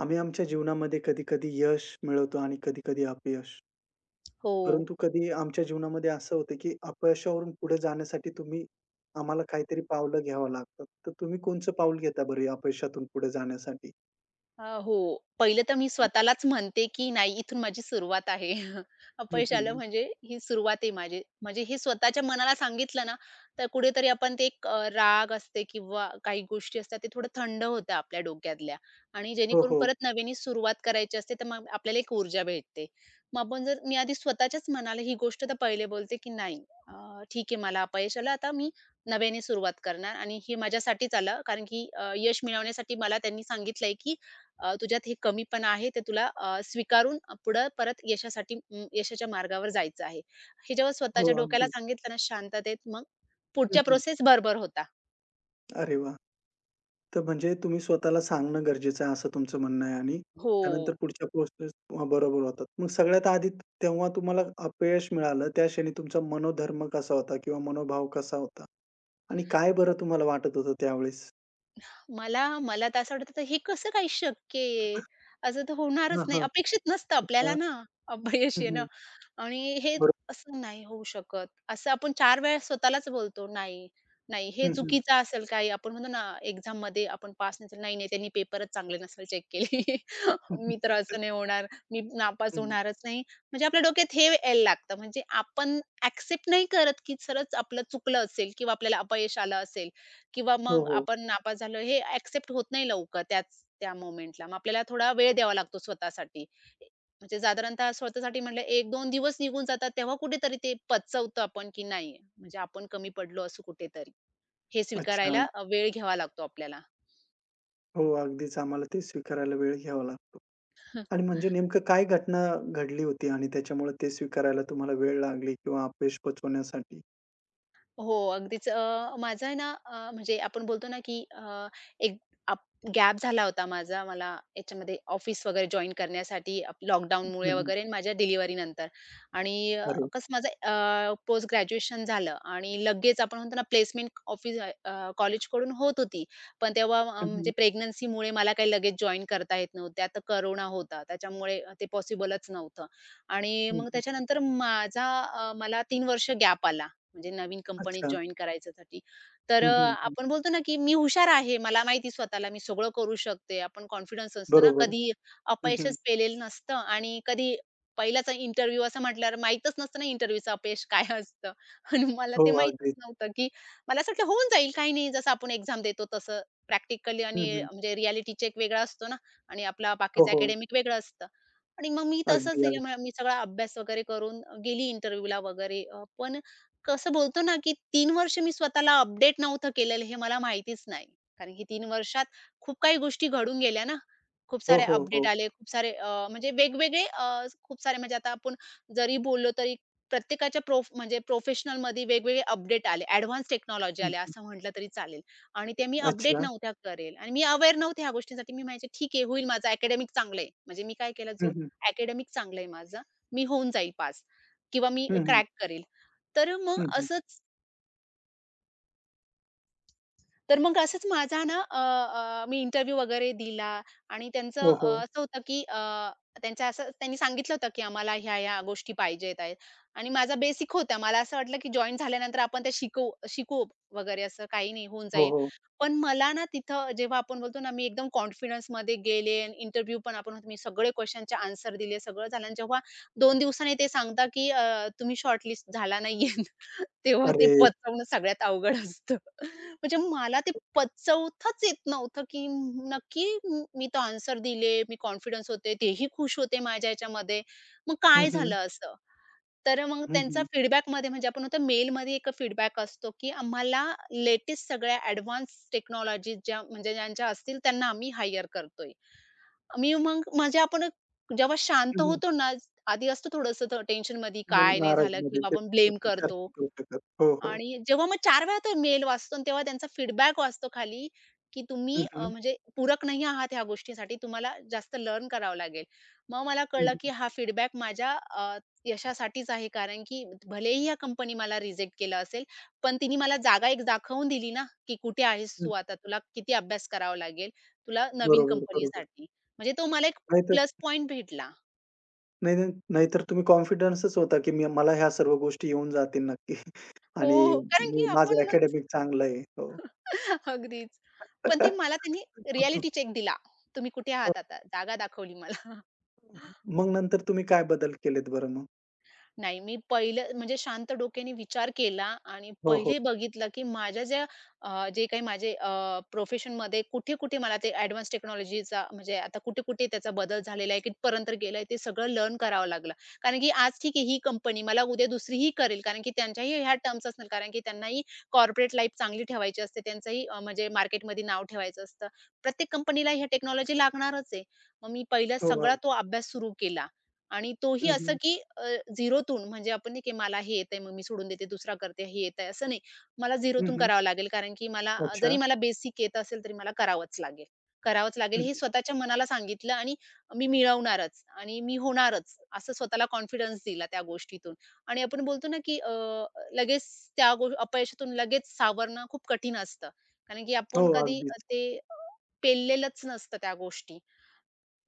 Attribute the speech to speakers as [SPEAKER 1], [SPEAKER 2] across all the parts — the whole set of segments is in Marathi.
[SPEAKER 1] आम्ही आमच्या जीवनामध्ये कधी-कधी यश मिळवतो आणि कधी-कधी अपयश.
[SPEAKER 2] हो.
[SPEAKER 1] परंतु कधी आमच्या जीवनामध्ये असं होतं, की अपयशावरून पुढे जाण्यासाठी तुम्ही आम्हाला काहीतरी पावलं घ्यावं लागतात. तर तुम्ही कोणचं पाऊल घेता बरं या अपयशातून पुढे जाण्यासाठी?
[SPEAKER 2] हो. पहिलं तर मी स्वतःलाच म्हणते, की नाही इथून माझी सुरुवात आहे.
[SPEAKER 1] हं,
[SPEAKER 2] अपयश आलं
[SPEAKER 1] हं.
[SPEAKER 2] म्हणजे ही सुरुवात आहे माझी. म्हणजे हे स्वतःच्या मनाला सांगितलं ना, तर कुठेतरी आपण ते एक राग असते किंवा काही गोष्टी असतात ते थोडं थंड होतं आपल्या डोक्यातल्या आणि
[SPEAKER 1] हो,
[SPEAKER 2] जेणेकरून
[SPEAKER 1] हो.
[SPEAKER 2] परत नव्याने सुरुवात करायची असते, तर मग आपल्याला एक ऊर्जा भेटते. मग आपण जर मी आधी स्वतःच्याच मनाला ही गोष्ट तर पहिले बोलते, की नाही, ठीक आहे मला अपयश आलं आता मी नव्याने सुरुवात करणार आणि हे माझ्यासाठीच आलं कारण की यश मिळवण्यासाठी मला त्यांनी सांगितलंय, की तुझ्यात हे कमीपणा आहे ते तुला स्वीकारून पुढं परत यशासाठी यशाच्या मार्गावर जायचं आहे. हे जेव्हा
[SPEAKER 1] हो,
[SPEAKER 2] स्वतःच्या डोक्याला
[SPEAKER 1] अगदी.
[SPEAKER 2] सांगितलं ना शांततेत मग
[SPEAKER 1] हं,
[SPEAKER 2] पुढच्या
[SPEAKER 1] हं.
[SPEAKER 2] प्रोसेस भरभर होता.
[SPEAKER 1] अरे वाह! तर म्हणजे तुम्ही स्वतःला सांगणं गरजेचं आहे असं तुमचं म्हणणं आहे आणि
[SPEAKER 2] हो.
[SPEAKER 1] त्यानंतर पुढच्या प्रोसेस बरोबर होतात. मग सगळ्यात आधी तेव्हा तुम्हाला अपयश मिळालं त्या क्षणी तुमचा मनोधर्म कसा होता किंवा मनोभाव कसा होता? आणि काय बरं तुम्हाला वाटत होतं त्यावेळेस?
[SPEAKER 2] मला मला तर असं वाटतं हे कसं काही शक्य आहे? असं तर होणारच
[SPEAKER 1] हां,
[SPEAKER 2] नाही.
[SPEAKER 1] हां.
[SPEAKER 2] अपेक्षित नसतं आपल्याला
[SPEAKER 1] का?
[SPEAKER 2] ना, अपयश
[SPEAKER 1] हं,
[SPEAKER 2] येणं
[SPEAKER 1] हं.
[SPEAKER 2] आणि हे
[SPEAKER 1] बरोबर.
[SPEAKER 2] असं नाही होऊ शकत. असं आपण 4 वेळा स्वतःलाच बोलतो, "नाही, नाही, हे
[SPEAKER 1] हं, हं.
[SPEAKER 2] चुकीचं असेल काही." आपण म्हणतो ना एक्झाममध्ये आपण पास नाही झालो, "नाही, नाही, त्यांनी पेपरच चांगले नसेल चेक केले.
[SPEAKER 1] हं, हं.
[SPEAKER 2] मी तर असं नाही होणार. मी नापास
[SPEAKER 1] हं.
[SPEAKER 2] होणारच नाही." म्हणजे आपल्या डोक्यात हे यायला लागतं. म्हणजे आपण ॲक्सेप्ट नाही करत, की खरंच आपलं चुकलं असेल किंवा आपल्याला अपयश आलं असेल. किंवा
[SPEAKER 1] हो,
[SPEAKER 2] मग
[SPEAKER 1] हो.
[SPEAKER 2] आपण नापास झालो हे एक्सेप्ट होत नाही लवकर त्याच त्या मोमेंटला. मग आपल्याला थोडा वेळ द्यावा लागतो स्वतःसाठी. म्हणजे साधारणतः स्वतःसाठी म्हटलं 1-2 दिवस निघून जातात तेव्हा कुठेतरी ते पचवतो आपण की नाही म्हणजे आपण कमी पडलो असं कुठेतरी. हे
[SPEAKER 1] अच्छा.
[SPEAKER 2] स्वीकारायला वेळ घ्यावा लागतो आपल्याला.
[SPEAKER 1] हो, अगदीच आम्हाला ते स्वीकारायला वेळ घ्यावा लागतो. आणि म्हणजे नेमकं काय घटना घडली होती आणि त्याच्यामुळे ते स्वीकारायला तुम्हाला वेळ लागली किंवा अपयश पचवण्यासाठी?
[SPEAKER 2] हो, अगदीच. माझा आहे ना, म्हणजे आपण बोलतो ना, की एक अप गॅप झाला होता माझा. मला याच्यामध्ये ऑफिस वगैरे जॉइन करण्यासाठी
[SPEAKER 1] हं,
[SPEAKER 2] लॉकडाऊनमुळे
[SPEAKER 1] हं.
[SPEAKER 2] वगैरे आणि माझ्या डिलिव्हरीनंतर. आणि
[SPEAKER 1] अरे!
[SPEAKER 2] कसं माझं पोस्ट ग्रॅज्युएशन झालं आणि लगेच आपण म्हणतो ना, प्लेसमेंट ऑफिस कॉलेजकडून होत होती. पण तेव्हा
[SPEAKER 1] हं,
[SPEAKER 2] म्हणजे
[SPEAKER 1] हं.
[SPEAKER 2] प्रेग्नन्सीमुळे मला काही लगेच जॉइन करता येत नव्हते. आता कोरोना होता, त्याच्यामुळे ते पॉसिबलच नव्हतं. आणि
[SPEAKER 1] हं,
[SPEAKER 2] मग
[SPEAKER 1] हं.
[SPEAKER 2] त्याच्यानंतर मला 3 वर्ष गॅप आला. म्हणजे नवीन कंपनीत
[SPEAKER 1] अच्छा.
[SPEAKER 2] जॉइन करायच्यासाठी. तर
[SPEAKER 1] हं, हं, हं.
[SPEAKER 2] आपण बोलतो ना, की मी हुशार आहे. मला माहिती स्वतःला मी सगळं करू शकते. आपण कॉन्फिडन्स असतो ना,
[SPEAKER 1] बरोबर.
[SPEAKER 2] कधी
[SPEAKER 1] हं, हं.
[SPEAKER 2] अपयशच पेलेलं नसतं आणि कधी पहिलाच इंटरव्ह्यू असं म्हटल्यावर माहीतच नसतं ना, इंटरव्ह्यूचं अपयश काय असतं. आणि मला
[SPEAKER 1] हो,
[SPEAKER 2] ते माहीतच
[SPEAKER 1] अगदीच.
[SPEAKER 2] नव्हतं, की मला असं वाटलं होऊन जाईल, काही नाही. जसं आपण एक्झाम देतो तसं प्रॅक्टिकली
[SPEAKER 1] हं,
[SPEAKER 2] आणि
[SPEAKER 1] हं.
[SPEAKER 2] म्हणजे रिएलिटी चेक वेगळा असतो ना आणि आपला
[SPEAKER 1] हो,
[SPEAKER 2] बाकीचं
[SPEAKER 1] हो.
[SPEAKER 2] अकॅडमिक वेगळं असतं आणि मग मी तसंच
[SPEAKER 1] अगदी, अगदी.
[SPEAKER 2] दिल्यामुळे मी सगळा अभ्यास वगैरे करून गेली इंटरव्ह्यूला वगैरे. पण कसं बोलतो ना, की तीन वर्ष मी स्वतःला अपडेट नव्हतं केलेलं हे मला माहितीच नाही. कारण की तीन वर्षात खूप काही गोष्टी घडून गेल्या ना. खूप
[SPEAKER 1] हो,
[SPEAKER 2] सारे
[SPEAKER 1] हो,
[SPEAKER 2] अपडेट
[SPEAKER 1] हो.
[SPEAKER 2] आले, खूप सारे म्हणजे वेगवेगळे खूप सारे म्हणजे आता आपण जरी बोललो तरी प्रत्येकाच्या म्हणजे प्रोफेशनलमध्ये वेगवेगळे अपडेट आले. एडव्हान्स टेक्नॉलॉजी आल्या
[SPEAKER 1] हं.
[SPEAKER 2] असं म्हटलं तरी चालेल. आणि ते मी अपडेट
[SPEAKER 1] अच्छा.
[SPEAKER 2] नव्हत्या करेल आणि मी अवेअर नव्हते ह्या गोष्टींसाठी. मी म्हणायचे, "ठीक आहे, होईल माझं अकॅडमिक चांगलं आहे." म्हणजे मी काय केलं,
[SPEAKER 1] हं,
[SPEAKER 2] जो
[SPEAKER 1] हं.
[SPEAKER 2] अकॅडमिक चांगलं आहे माझं, मी होऊन जाईल पास किंवा मी
[SPEAKER 1] हं, हं.
[SPEAKER 2] क्रॅक करेल. तर मग
[SPEAKER 1] हं, हं.
[SPEAKER 2] असंच तर मग असंच माझा ना, अ, अ, मी इंटरव्ह्यू वगैरे दिला आणि त्यांचं
[SPEAKER 1] हो, हो.
[SPEAKER 2] असं होतं की, त्यांचं असं त्यांनी सांगितलं होतं की आम्हाला ह्या-ह्या गोष्टी पाहिजेत आहेत आणि माझा बेसिक होता. मला असं वाटलं की जॉइन झाल्यानंतर आपण ते शिकू वगैरे असं काही नाही होऊन
[SPEAKER 1] हो,
[SPEAKER 2] जाईल.
[SPEAKER 1] हो.
[SPEAKER 2] पण मला ना तिथं जेव्हा आपण बोलतो ना मी एकदम कॉन्फिडन्समध्ये गेले आणि इंटरव्ह्यू पण आपण मी सगळे क्वेशनचे आन्सर दिले, सगळं झालं आणि जेव्हा 2 दिवसांनी ते सांगता की तुम्ही शॉर्टलिस्ट झाला नाहीये. तेव्हा ते
[SPEAKER 1] अरे!
[SPEAKER 2] पचवणं सगळ्यात अवघड असतं. म्हणजे मला ते पचवताच येत नव्हतं, की नक्की मी तो आन्सर दिले, मी कॉन्फिडन्स होते, तेही खुश होते माझ्या ह्याच्यामध्ये. मग
[SPEAKER 1] हं,
[SPEAKER 2] काय
[SPEAKER 1] हं.
[SPEAKER 2] झालं असं? तर मग
[SPEAKER 1] हं,
[SPEAKER 2] त्यांचा
[SPEAKER 1] हं.
[SPEAKER 2] फीडबॅकमध्ये म्हणजे आपण म्हणतो मेलमध्ये एक फीडबॅक असतो, की आम्हाला लेटेस्ट सगळ्या ॲडव्हान्स टेक्नॉलॉजी ज्या म्हणजे ज्यांच्या असतील त्यांना आम्ही हायर करतोय. मी मग म्हणजे आपण जेव्हा शांत
[SPEAKER 1] हं, हं.
[SPEAKER 2] होतो ना, आधी असतं थोडंसं टेन्शनमध्ये
[SPEAKER 1] म्हणून
[SPEAKER 2] काय नाही झालं
[SPEAKER 1] नाराजमध्ये
[SPEAKER 2] किंवा
[SPEAKER 1] ते
[SPEAKER 2] आपण ब्लेम
[SPEAKER 1] विचार
[SPEAKER 2] करतो.
[SPEAKER 1] नाही करू शकत. हो, हो.
[SPEAKER 2] आणि जेव्हा मग चार वेळा तो मेल वाचतो आणि तेव्हा त्यांचा फीडबॅक वाचतो खाली, की तुम्ही
[SPEAKER 1] हं, हं.
[SPEAKER 2] म्हणजे पूरक नाही आहात ह्या गोष्टीसाठी. तुम्हाला जास्त लर्न करावं लागेल. मग मला
[SPEAKER 1] हं,
[SPEAKER 2] कळलं, की
[SPEAKER 1] हं.
[SPEAKER 2] हा फीडबॅक माझ्या अ, यशासाठीच आहे. कारण की भलेही ह्या कंपनी मला रिजेक्ट केलं असेल, पण तिने मला जागा एक दाखवून दिली ना, की कुठे आहेस तू
[SPEAKER 1] हं.
[SPEAKER 2] आता? तुला किती अभ्यास करावा लागेल तुला नवीन
[SPEAKER 1] बरोबर, बरोबर.
[SPEAKER 2] कंपनीसाठी. म्हणजे तो मला एक
[SPEAKER 1] नाहीतर
[SPEAKER 2] प्लस पॉइंट भेटला.
[SPEAKER 1] नाही, नाही, नाहीतर तुम्ही कॉन्फिडन्सच होता, की मी मला ह्या सर्व गोष्टी येऊन जातील नक्की
[SPEAKER 2] हो,
[SPEAKER 1] आणि
[SPEAKER 2] हो. कारण की
[SPEAKER 1] मी माझं
[SPEAKER 2] आपण म्हणतो.
[SPEAKER 1] अकॅडमिक चांगलं आहे. हो.
[SPEAKER 2] अगदीच. पण ते मला त्यांनी रिअॅलिटी चेक दिला. तुम्ही कुठे
[SPEAKER 1] हो.
[SPEAKER 2] आहात आता? जागा दाखवली मला.
[SPEAKER 1] मग नंतर तुम्ही काय बदल केलेत बरं मग?
[SPEAKER 2] नाही, मी पहिलं म्हणजे शांत डोक्याने विचार केला आणि
[SPEAKER 1] हो, हो.
[SPEAKER 2] पहिले बघितलं, की माझ्या ज्या जे काही माझे प्रोफेशनमध्ये कुठे-कुठे मला ते ॲडव्हान्स टेक्नॉलॉजीचा म्हणजे आता कुठे-कुठे त्याचा बदल झालेला आहे, कुठपर्यंत गेलाय ते सगळं लर्न करावं लागलं. कारण की आज ठीक आहे ही कंपनी मला उद्या दुसरीही करेल कारण की त्यांच्याही ह्या टर्म्स असणार कारण की त्यांनाही कॉर्पोरेट लाईफ चांगली ठेवायची असते. त्यांचंही म्हणजे मार्केटमध्ये नाव ठेवायचं असतं. प्रत्येक कंपनीला ह्या टेक्नॉलॉजी लागणारच आहे. मग मी पहिला
[SPEAKER 1] हो,
[SPEAKER 2] सगळा
[SPEAKER 1] अग.
[SPEAKER 2] तो अभ्यास सुरू केला. आणि तोही
[SPEAKER 1] हं,
[SPEAKER 2] असं
[SPEAKER 1] हं.
[SPEAKER 2] की, झिरोतून म्हणजे आपण नाही की मला हे येतंय मग मी सोडून देते, दुसरा करते, हे येतंय असं नाही. मला
[SPEAKER 1] हं,
[SPEAKER 2] झिरोतून
[SPEAKER 1] हं.
[SPEAKER 2] करावं लागेल कारण की मला जरी
[SPEAKER 1] अच्छा.
[SPEAKER 2] मला बेसिक येत असेल तरी मला करावंच लागेल. करावंच लागेल
[SPEAKER 1] हं,
[SPEAKER 2] हे
[SPEAKER 1] हं.
[SPEAKER 2] स्वतःच्या मनाला सांगितलं आणि मी मिळवणारच आणि मी होणारच असं स्वतःला कॉन्फिडन्स दिला त्या गोष्टीतून. आणि आपण बोलतो ना की, लगेच त्या अपयशातून लगेच सावरणं खूप कठीण असतं. कारण की
[SPEAKER 1] हो,
[SPEAKER 2] आपण कधी
[SPEAKER 1] अगदीच.
[SPEAKER 2] ते पेललेलंच नसतं त्या गोष्टी.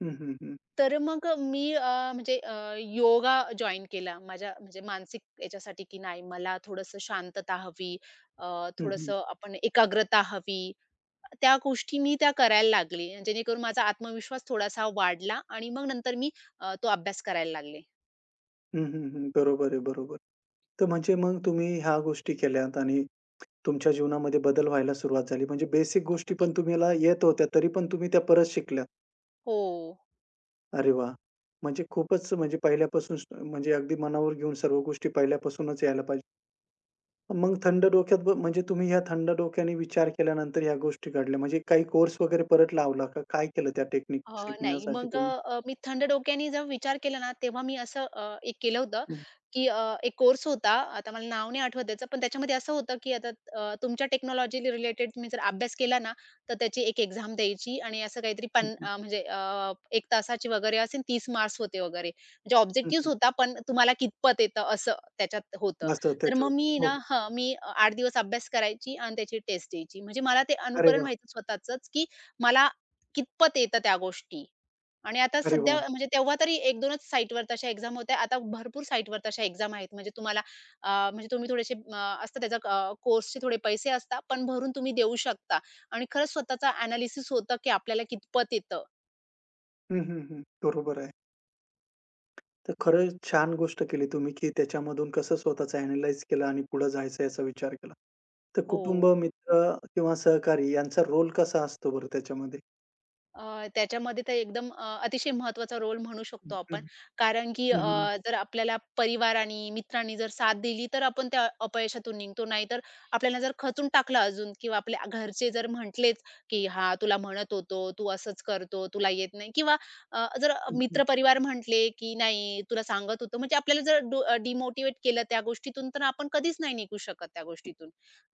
[SPEAKER 1] हं, हं, हं.
[SPEAKER 2] तर मग मी म्हणजे योगा जॉइन केला. माझ्या म्हणजे मानसिक याच्यासाठी की नाही मला थोडंसं शांतता हवी, अ,
[SPEAKER 1] हं, हं.
[SPEAKER 2] थोडंसं आपण एकाग्रता हवी. त्या गोष्टी मी त्या करायला लागले. जेणेकरून माझा आत्मविश्वास थोडासा वाढला आणि मग नंतर मी तो अभ्यास करायला लागले.
[SPEAKER 1] हं, हं, हं. बरोबर आहे, बरोबर. तर म्हणजे मग तुम्ही ह्या गोष्टी केल्यात आणि तुमच्या जीवनामध्ये बदल व्हायला सुरुवात झाली. म्हणजे बेसिक गोष्टी पण
[SPEAKER 2] अगदीच.
[SPEAKER 1] तुम्हाला येत होत्या, तरी पण तुम्ही त्या परत शिकल्यात.
[SPEAKER 2] हो.
[SPEAKER 1] अरे वाह! म्हणजे खूपच म्हणजे पहिल्यापासून म्हणजे अगदी मनावर घेऊन सर्व गोष्टी पहिल्यापासूनच यायला पाहिजे. मग थंड डोक्यात ब म्हणजे तुम्ही ह्या थंड डोक्याने विचार केल्यानंतर ह्या गोष्टी घडल्या. म्हणजे काही कोर्स वगैरे परत लावला का? काय केलं त्या टेक्निक
[SPEAKER 2] नाही.
[SPEAKER 1] शिकण्यासाठी
[SPEAKER 2] मग
[SPEAKER 1] तुम्ही?
[SPEAKER 2] मी थंड डोक्याने जेव्हा विचार केला ना, तेव्हा मी असं एक केलं होतं,
[SPEAKER 1] हं,
[SPEAKER 2] की एक कोर्स होता. आता मला नाव नाही आठवत त्याचं, पण त्याच्यामध्ये असं होतं, की आता तुमच्या टेक्नॉलॉजी रिलेटेड तुम्ही जर अभ्यास केला ना, तर त्याची एक एक्झाम द्यायची आणि असं काहीतरी
[SPEAKER 1] हं,
[SPEAKER 2] पन
[SPEAKER 1] हं.
[SPEAKER 2] म्हणजे, 1 तासाची वगैरे असेल 30 मार्क्स होते वगैरे. म्हणजे
[SPEAKER 1] हं,
[SPEAKER 2] ऑब्जेक्टिव्हज
[SPEAKER 1] हं.
[SPEAKER 2] होता, पण तुम्हाला कितपत येतं असं त्याच्यात होतं.
[SPEAKER 1] मस्त
[SPEAKER 2] तर
[SPEAKER 1] त्याच्यावर.
[SPEAKER 2] मग मी
[SPEAKER 1] हो.
[SPEAKER 2] ना हां, मी 8 दिवस अभ्यास करायची आणि त्याची टेस्ट द्यायची. म्हणजे मला ते
[SPEAKER 1] अरे
[SPEAKER 2] अनुकरण
[SPEAKER 1] वाह!
[SPEAKER 2] व्हायचं स्वतःचंच, की मला कितपत येतं त्या गोष्टी आणि आता
[SPEAKER 1] अरे
[SPEAKER 2] सध्या
[SPEAKER 1] वाह!
[SPEAKER 2] म्हणजे तेव्हा तरी 1-2च साइटवर तशा एक्झाम होत्या. आता भरपूर साइटवर तशा एक्झाम आहेत. म्हणजे तुम्हाला म्हणजे तुम्ही थोडेसे असतं त्याचा कोर्सचे थोडे पैसे असतात, पण भरून तुम्ही देऊ शकता आणि खरंच स्वतःचा एनालिसिस होतं, की आपल्याला कितपत येतं.
[SPEAKER 1] हं, हं, हं. बरोबर आहे. तर खरंच छान गोष्ट केली तुम्ही, की त्याच्यामधून कसं स्वतःच अॅनलाईज केलं आणि पुढे जायचं याचा विचार केला. तर
[SPEAKER 2] हो.
[SPEAKER 1] कुटुंब, मित्र किंवा सहकारी यांचा रोल कसा असतो बरं त्याच्यामध्ये?
[SPEAKER 2] त्याच्यामध्ये तर एकदम अतिशय महत्त्वाचा रोल म्हणू शकतो
[SPEAKER 1] हं. हं,
[SPEAKER 2] आपण. कारण की
[SPEAKER 1] हं, हं,
[SPEAKER 2] जर आपल्याला परिवाराने, मित्रांनी जर साथ दिली, तर आपण त्या अपयशातून निघतो. नाहीतर आपल्याला जर खचून टाकलं अजून किंवा आपल्या घरचे जर म्हटलेच, की "हां, तुला म्हणत होतो, तू असंच करतो, तुला येत नाही." किंवा जर
[SPEAKER 1] हं, हं.
[SPEAKER 2] मित्रपरिवार म्हटले, की "नाही, तुला सांगत होतो." म्हणजे आपल्याला जर केलं त्या गोष्टीतून, तर आपण कधीच नाही निघू शकत त्या गोष्टीतून.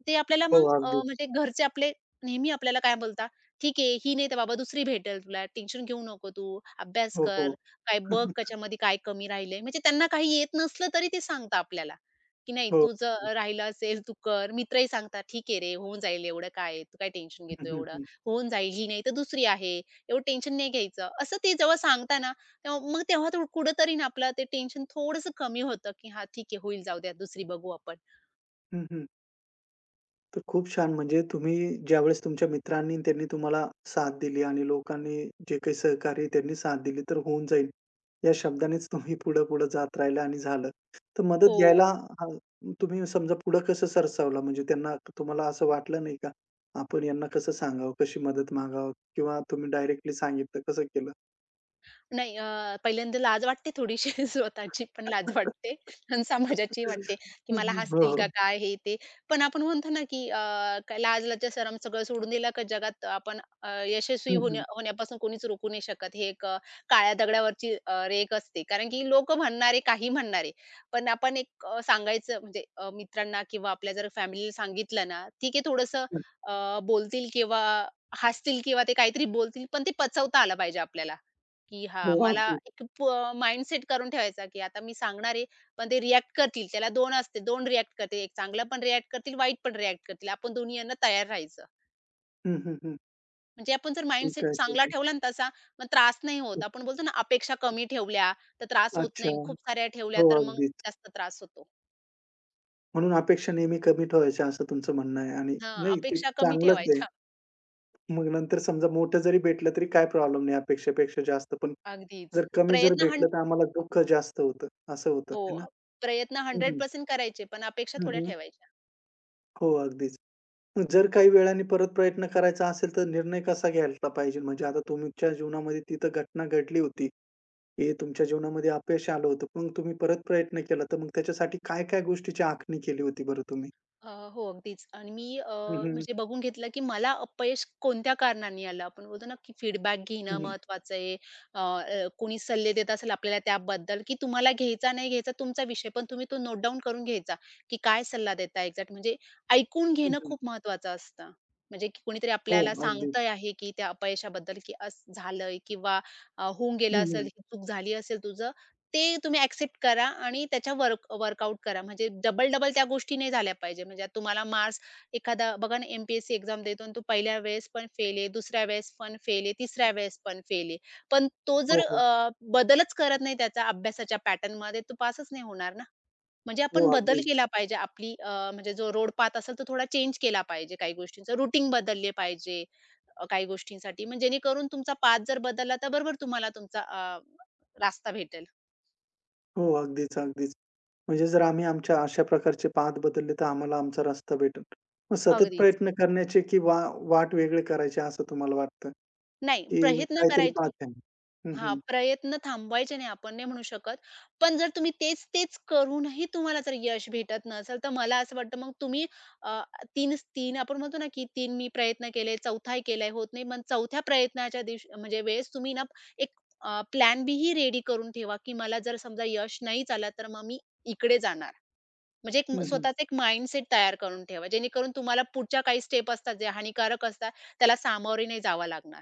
[SPEAKER 2] ते आपल्याला
[SPEAKER 1] हो,
[SPEAKER 2] मग
[SPEAKER 1] अगदी.
[SPEAKER 2] म्हणजे घरचे आपले नेहमी आपल्याला काय बोलतात, ठीक आहे, ही नाही तर बाबा दुसरी भेटेल तुला. टेन्शन घेऊ नको तू. अभ्यास
[SPEAKER 1] हो,
[SPEAKER 2] कर.
[SPEAKER 1] हो.
[SPEAKER 2] काय बघ त्याच्यामध्ये काय कमी राहिलंय. म्हणजे त्यांना काही येत नसलं तरी ते सांगतात आपल्याला, की नाही
[SPEAKER 1] हो.
[SPEAKER 2] तुझं राहिलं असेल तू कर. मित्रही सांगतात, "ठीक आहे रे, होऊन जाईल एवढं काय आहे. तू काय टेन्शन
[SPEAKER 1] हं,
[SPEAKER 2] घेतो
[SPEAKER 1] हं,
[SPEAKER 2] एवढं.
[SPEAKER 1] हं.
[SPEAKER 2] होऊन जाईल. ही नाही तर दुसरी आहे. एवढं टेन्शन नाही घ्यायचं." असं ते जेव्हा सांगता ना, तेव्हा मग तेव्हा थोडं कुठेतरी ना आपलं ते टेन्शन थोडंसं कमी होतं, की हां ठीक आहे होईल जाऊ द्या दुसरी बघू आपण.
[SPEAKER 1] हं, हं. तर खूप छान. म्हणजे तुम्ही ज्यावेळेस तुमच्या मित्रांनी आणि त्यांनी तुम्हाला साथ दिली आणि लोकांनी जे काही सहकार्य त्यांनी साथ दिली, तर होऊन जाईल या शब्दानेच तुम्ही पुढे-पुढे जात राहिला आणि झालं. तर मदत घ्यायला
[SPEAKER 2] हो.
[SPEAKER 1] अ, तुम्ही समजा पुढे कसं सरसावला? म्हणजे त्यांना तुम्हाला असं वाटलं नाही का? आपण यांना कसं सांगावं? कशी मदत मागावं? किंवा तुम्ही डायरेक्टली सांगितलं? कसं केलं?
[SPEAKER 2] नाही अ, पहिल्यांदा लाज वाटते थोडीशी स्वतःची पण लाज वाटते आणि समाजाचीही वाटते, की मला
[SPEAKER 1] हो,
[SPEAKER 2] हसतील का
[SPEAKER 1] हो.
[SPEAKER 2] काय हे ते. पण आपण म्हणतो ना, की लाज-लज्जा शरम सगळं सोडून दिलं का जगात आपण यशस्वी
[SPEAKER 1] हं, हं.
[SPEAKER 2] होण्या होण्यापासून कोणीच रोखू नाही शकत. हे एक काळ्या दगडावरची रेघ असते. कारण की लोकं म्हणणारे, काही म्हणणारे. पण आपण एक सांगायचं म्हणजे मित्रांना किंवा आपल्या जर फॅमिलीला सांगितलं ना, ठीक आहे थोडंसं बोलतील किंवा हसतील किंवा ते काहीतरी बोलतील, पण ते पचवता आलं पाहिजे आपल्याला. की हां,
[SPEAKER 1] हो,
[SPEAKER 2] मला
[SPEAKER 1] अगदी.
[SPEAKER 2] एक माइंडसेट करून ठेवायचा, की आता मी सांगणार आहे, पण ते रिएक्ट करतील. त्याला 2 असते, 2 रिएक्ट करतील. एक चांगलं पण रिएक्ट करतील, वाईट पण रिएक्ट करतील. आपण दोन्ही यांना तयार राहायचं.
[SPEAKER 1] हं, हं, हं.
[SPEAKER 2] म्हणजे आपण जर माइंडसेट
[SPEAKER 1] ठीक आहे, ठीक
[SPEAKER 2] चांगला
[SPEAKER 1] आहे.
[SPEAKER 2] ठेवला ना तसा, मग त्रास नाही होत. आपण बोलतो ना, अपेक्षा कमी ठेवल्या तर त्रास होत
[SPEAKER 1] अच्छा.
[SPEAKER 2] नाही. खूप साऱ्या ठेवल्या
[SPEAKER 1] हो,
[SPEAKER 2] तर मग
[SPEAKER 1] अगदी.
[SPEAKER 2] जास्त त्रास होतो.
[SPEAKER 1] म्हणून अपेक्षा नेहमी कमी ठेवायच्या असं तुमचं म्हणणं आहे आणि
[SPEAKER 2] हां,
[SPEAKER 1] नाही ते
[SPEAKER 2] अपेक्षा कमी
[SPEAKER 1] चांगलंच आहे.
[SPEAKER 2] ठेवायच्या.
[SPEAKER 1] मग नंतर समजा मोठं जरी भेटलं तरी काही प्रॉब्लेम नाही अपेक्षेपेक्षा जास्त. पण
[SPEAKER 2] अगदीच.
[SPEAKER 1] जर कमी जर
[SPEAKER 2] प्रयत्न हं
[SPEAKER 1] भेटलं तर आम्हाला दुःख जास्त होतं, असं होतं
[SPEAKER 2] हो,
[SPEAKER 1] आहे ना?
[SPEAKER 2] प्रयत्न
[SPEAKER 1] हं, हं.
[SPEAKER 2] 100% करायचे, पण अपेक्षा थोड्या
[SPEAKER 1] हं.
[SPEAKER 2] ठेवायच्या.
[SPEAKER 1] हो, अगदीच. मग जर काही वेळाने परत प्रयत्न करायचा असेल तर निर्णय कसा घ्यायला पाहिजे? म्हणजे आता तुमच्या जीवनामध्ये तिथं घटना घडली होती, हे तुमच्या जीवनामध्ये अपयश आलं होतं. मग तुम्ही परत प्रयत्न केला तर मग त्याच्यासाठी काय-काय गोष्टीची आखणी केली होती बरं तुम्ही?
[SPEAKER 2] अ, हो, अगदीच आणि मी,
[SPEAKER 1] हं, हं.
[SPEAKER 2] म्हणजे बघून घेतलं, की मला अपयश कोणत्या कारणाने आलं. आपण बोलतो ना, की फीडबॅक
[SPEAKER 1] हं,
[SPEAKER 2] घेणं
[SPEAKER 1] हं.
[SPEAKER 2] महत्त्वाचं आहे. अ, अ, कोणी सल्ले देत असेल आपल्याला त्याबद्दल, की तुम्हाला घ्यायचा नाही घ्यायचा तुमचा विषय, पण तुम्ही तो नोट डाउन करून घ्यायचा, की काय सल्ला देताय एक्झॅक्ट. म्हणजे ऐकून घेणं खूप महत्त्वाचं असतं. म्हणजे की कोणीतरी
[SPEAKER 1] हो,
[SPEAKER 2] आपल्याला
[SPEAKER 1] अगदी.
[SPEAKER 2] सांगतंय आहे, की त्या अपयशाबद्दल, की असं झालंय किंवा होऊन गेलं
[SPEAKER 1] हं,
[SPEAKER 2] असेल,
[SPEAKER 1] हं.
[SPEAKER 2] ही चूक झाली असेल तुझं ते तुम्ही एक्सेप्ट करा आणि त्याच्या वर्कआउट करा. म्हणजे डबल-डबल त्या गोष्टी नाही झाल्या पाहिजे. म्हणजे आता तुम्हाला मार्क्स एखादा बघा ना, MPSC एक्झाम देतो आणि तो पहिल्या वेळेस पण फेल आहे, दुसऱ्या वेळेस पण फेल आहे, तिसऱ्या वेळेस पण फेल आहे. पण तो जर
[SPEAKER 1] हो, हो.
[SPEAKER 2] बदलच करत नाही त्याचा अभ्यासाच्या पॅटर्नमध्ये तो पासच नाही होणार ना. म्हणजे
[SPEAKER 1] हो,
[SPEAKER 2] आपण बदल
[SPEAKER 1] अगदीच.
[SPEAKER 2] केला पाहिजे. आपली म्हणजे जो रोड पाथ असेल तो थोडा चेंज केला पाहिजे काही गोष्टींचा. रूटीन बदलले पाहिजे काही गोष्टींसाठी. म्हणजे जेणेकरून तुमचा पाथ जर बदलला तर बरोबर तुम्हाला तुमचा रास्ता भेटेल.
[SPEAKER 1] हो, अगदीच, अगदीच. म्हणजे जर आम्ही आमच्या अशा प्रकारचे पाहत बदलले, तर आम्हाला आमचा रस्ता भेटेल. मग सतत
[SPEAKER 2] अगदीच.
[SPEAKER 1] प्रयत्न करण्याचे की वा वाट वेगळे करायचे असं तुम्हाला वाटतं,
[SPEAKER 2] नाही,
[SPEAKER 1] की
[SPEAKER 2] प्रयत्न
[SPEAKER 1] काहीतरी
[SPEAKER 2] करायचे.
[SPEAKER 1] पाहत आहे. हं,
[SPEAKER 2] हां,
[SPEAKER 1] हं.
[SPEAKER 2] प्रयत्न थांबवायचे नाही आपण नाही म्हणू शकत. पण जर तुम्ही तेच-तेच करूनही तुम्हाला जर यश भेटत नसेल, तर मला असं वाटतं मग तुम्ही, अ, 3 आपण म्हणतो ना, की 3 मी प्रयत्न केले, 4था केलाय होत नाही. मग 4थ्या प्रयत्नाच्या दिवशी म्हणजे वेळेस तुम्ही ना एक प्लॅन बी ही रेडी करून ठेवा, की मला जर समजा यश नाहीच आलं, तर मग मी इकडे जाणार. म्हणजे एक
[SPEAKER 1] हं, हं.
[SPEAKER 2] स्वतःचा एक माइंडसेट तयार करून ठेवा, जेणेकरून तुम्हाला पुढच्या काही स्टेप असतात, जे हानिकारक असतात, त्याला सामोरे नाही जावं लागणार.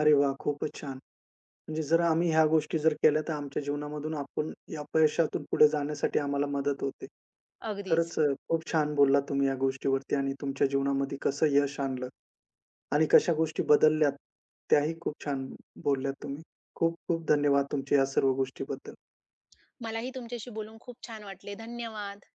[SPEAKER 1] अरे वाह! खूपच छान. म्हणजे जर आम्ही ह्या गोष्टी जर केल्या, तर आमच्या जीवनामधून आपण अपयशातून पुढे जाण्यासाठी आम्हाला मदत होते.
[SPEAKER 2] अगदीच.
[SPEAKER 1] खरंच खूप छान बोललात तुम्ही या गोष्टीवरती आणि तुमच्या जीवनामध्ये कसं यश आणलं. आणि कशा गोष्टी बदलल्यात, त्याही खूप छान बोलल्यात तुम्ही. खूप खूप धन्यवाद तुमचे या सर्व गोष्टीबद्दल.
[SPEAKER 2] मलाही तुमच्याशी बोलून खूप छान वाटले. धन्यवाद.